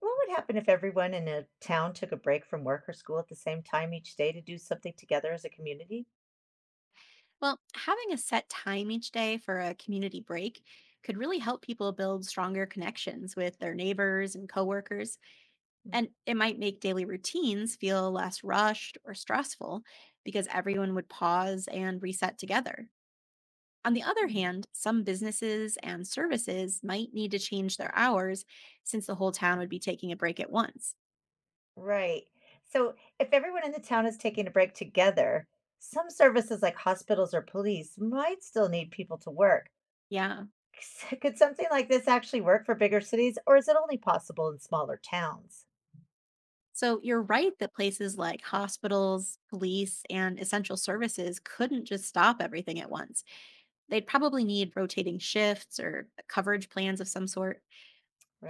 What would happen if everyone in a town took a break from work or school at the same time each day to do something together as a community? Well, having a set time each day for a community break could really help people build stronger connections with their neighbors and coworkers. And it might make daily routines feel less rushed or stressful because everyone would pause and reset together. On the other Mhm. hand, some businesses and services might need to change their hours since the whole town would be taking a break at once. Right. So, if everyone in the town is taking a break together, some services like hospitals or police might still need people to work. Yeah. Could something like this actually work for bigger cities, or is it only possible in smaller towns? So you're right that places like hospitals, police, and essential services couldn't just stop everything at once. They'd probably need rotating shifts or coverage plans of some sort.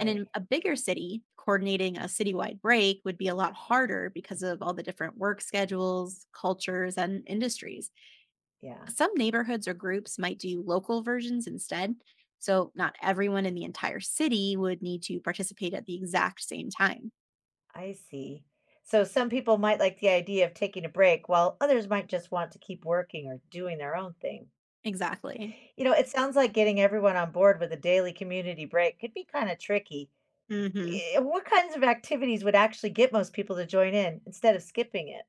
And in a bigger city, coordinating a citywide break would be a lot harder because of all the different work schedules, cultures, and industries. Yeah. Some neighborhoods or groups might do local versions instead. So, not everyone in the entire city would need to participate at the exact same time. I see. So some people might like the idea of taking a break, while others might just want to keep working or doing their own thing. Exactly. You know, it sounds like getting everyone on board with a daily community break could be kind of tricky. hmm What kinds of activities would actually get most people to join in instead of skipping it?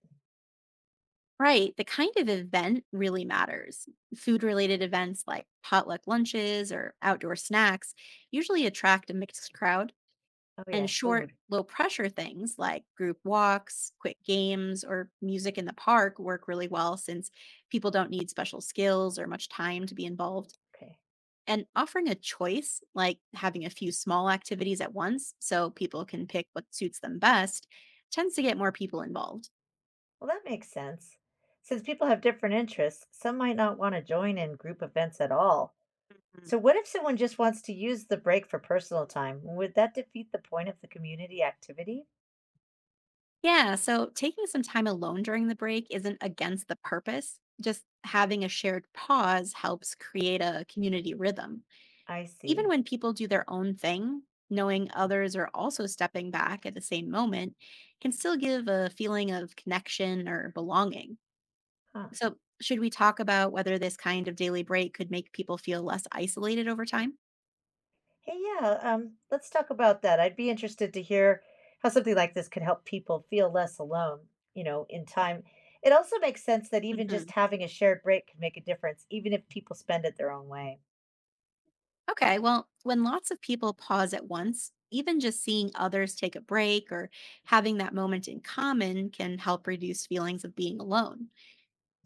Right. The kind of event really matters. Food related events like potluck lunches or outdoor snacks usually attract a mixed crowd, Oh, and yeah, short, food. low pressure things like group walks, quick games, or music in the park work really well since people don't need special skills or much time to be involved. Okay. And offering a choice, like having a few small activities at once so people can pick what suits them best, tends to get more people involved. Well, that makes sense. Since people have different interests, some might not want to join in group events at all. So, what if someone just wants to use the break for personal time? Would that defeat the point of the community activity? Yeah, so taking some time alone during the break isn't against the purpose. Just having a shared pause helps create a community rhythm. I Even see. when people do their own thing, knowing others are also stepping back at the same moment can still give a feeling of connection or belonging. Huh. So, should we talk about whether this kind of daily break could make people feel less isolated over time? Hey, yeah, let's talk about that. I'd be interested to hear how something like this could help people feel less alone, you know, in time. It also makes sense that even just Mhm. having a shared break can make a difference, even if people spend it their own way. Okay, well, when lots of people pause at once, even just seeing others take a break or having that moment in common can help reduce feelings of being alone.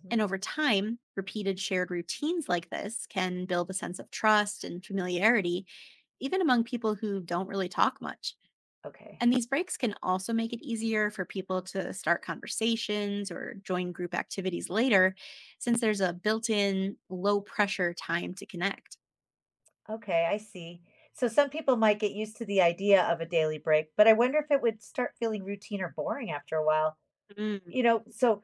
Mhm. And over time, repeated shared routines like this can build a sense of trust and familiarity, even among people who don't really talk much. Okay. And these breaks can also make it easier for people to start conversations or join group activities later, since there's a built in, low pressure time to connect. Okay, I see. So some people might get used to the idea of a daily break, but I wonder if it would start feeling routine or boring after a while. Mm. You know, so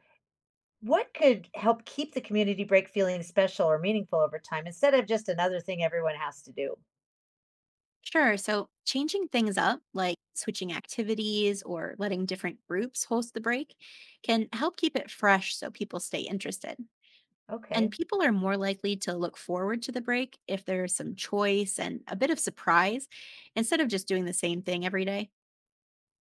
what could help keep the community break feeling special or meaningful over time instead of just another thing everyone has to do? Sure. So changing things up, like switching activities or letting different groups host the break, can help keep it fresh so people stay interested. And Okay, people are more likely to look forward to the break if there's some choice and a bit of surprise instead of just doing the same thing every day.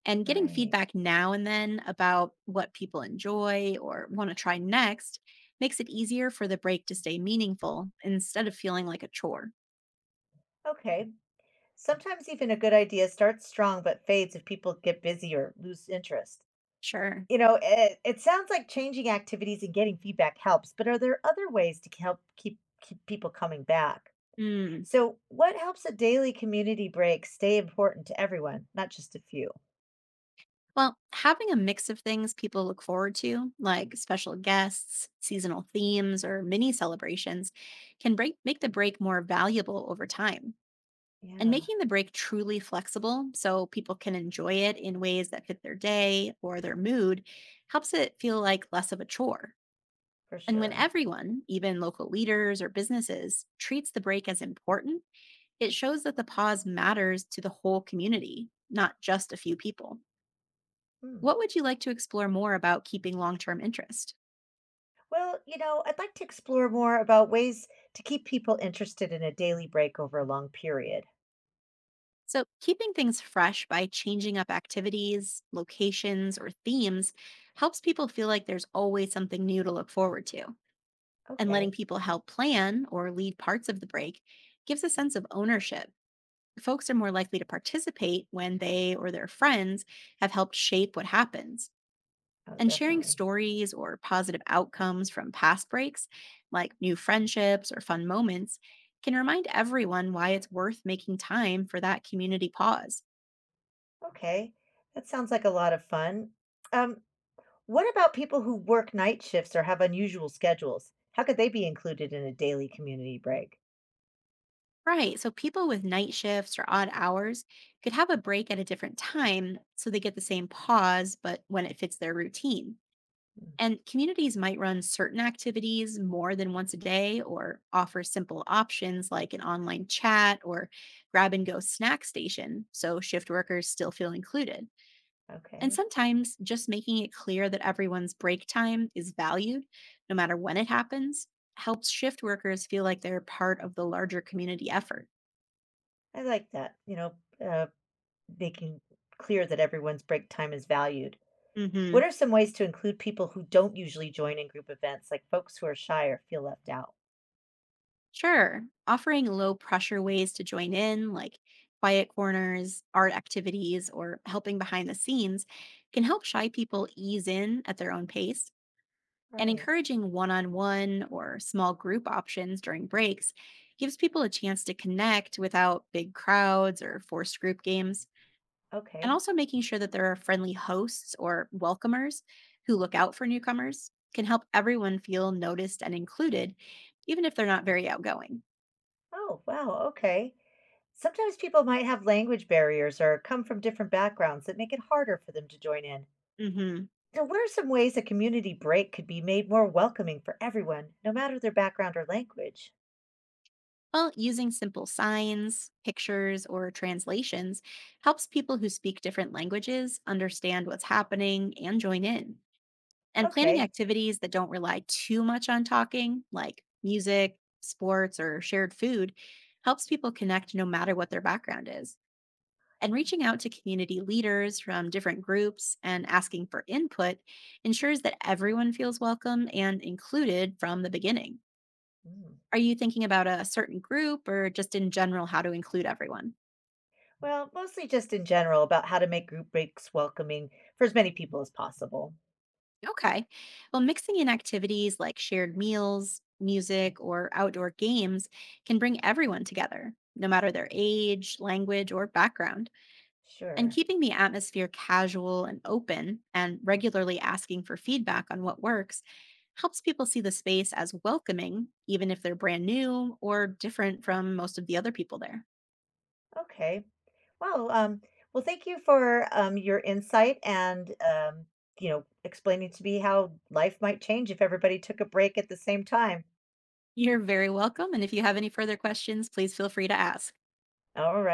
And getting right. feedback now and then about what people enjoy or want to try next makes it easier for the break to stay meaningful instead of feeling like a chore. Okay. Sometimes even a good idea starts strong but fades if people get busy or lose interest. Sure. You know, it sounds like changing activities and getting feedback helps, but are there other ways to help keep people coming back? Hmm. So, what helps a daily community break stay important to everyone, not just a few? Well, having a mix of things people look forward to, like special guests, seasonal themes, or mini celebrations, can make the break more valuable over time. And Yeah, making the break truly flexible so people can enjoy it in ways that fit their day or their mood helps it feel like less of a chore. for And when sure. everyone, even local leaders or businesses, treats the break as important, it shows that the pause matters to the whole community, not just a few people. Hmm. What would you like to explore more about keeping long term interest? Well, you know, I'd like to explore more about ways to keep people interested in a daily break over a long period. So, keeping things fresh by changing up activities, locations, or themes helps people feel like there's always something new to look forward to. And letting Okay. people help plan or lead parts of the break gives a sense of ownership. Folks are more likely to participate when they or their friends have helped shape what happens. Oh, And sharing definitely. stories or positive outcomes from past breaks, like new friendships or fun moments, can remind everyone why it's worth making time for that community pause. Okay. That sounds like a lot of fun. Um, what about people who work night shifts or have unusual schedules? How could they be included in a daily community break? Right, so people with night shifts or odd hours could have a break at a different time so they get the same pause, but when it fits their routine. Mm, And communities might run certain activities more than once a day or offer simple options like an online chat or grab and go snack station so shift workers still feel included. And okay. sometimes just making it clear that everyone's break time is valued, no matter when it happens, helps shift workers feel like they're part of the larger community effort. I like that. Uh, making clear that everyone's break time is valued. What Mhm. are some ways to include people who don't usually join in group events, like folks who are shy or feel left out? Sure. Offering low pressure ways to join in, like quiet corners, art activities, or helping behind the scenes, can help shy people ease in at their own pace. And Right. encouraging one on one or small group options during breaks gives people a chance to connect without big crowds or forced group games. And Okay. also making sure that there are friendly hosts or welcomers who look out for newcomers can help everyone feel noticed and included, even if they're not very outgoing. Oh, wow. Okay. Sometimes people might have language barriers or come from different backgrounds that make it harder for them to join in. hmm So, what are some ways a community break could be made more welcoming for everyone, no matter their background or language? Well, using simple signs, pictures, or translations helps people who speak different languages understand what's happening and join in. And planning Okay. activities that don't rely too much on talking, like music, sports, or shared food, helps people connect no matter what their background is. And reaching out to community leaders from different groups and asking for input ensures that everyone feels welcome and included from the beginning. Mm. Are you thinking about a certain group or just in general how to include everyone? Well, mostly just in general about how to make group breaks welcoming for as many people as possible. Okay. Well, mixing in activities like shared meals, music, or outdoor games can bring everyone together, no matter their age, language, or background. And Sure. keeping the atmosphere casual and open and regularly asking for feedback on what works helps people see the space as welcoming, even if they're brand new or different from most of the other people there. Okay. Wow, well, thank you for, your insight and, you know, explaining to me how life might change if everybody took a break at the same time. You're very welcome. And if you have any further questions, please feel free to ask. Alright.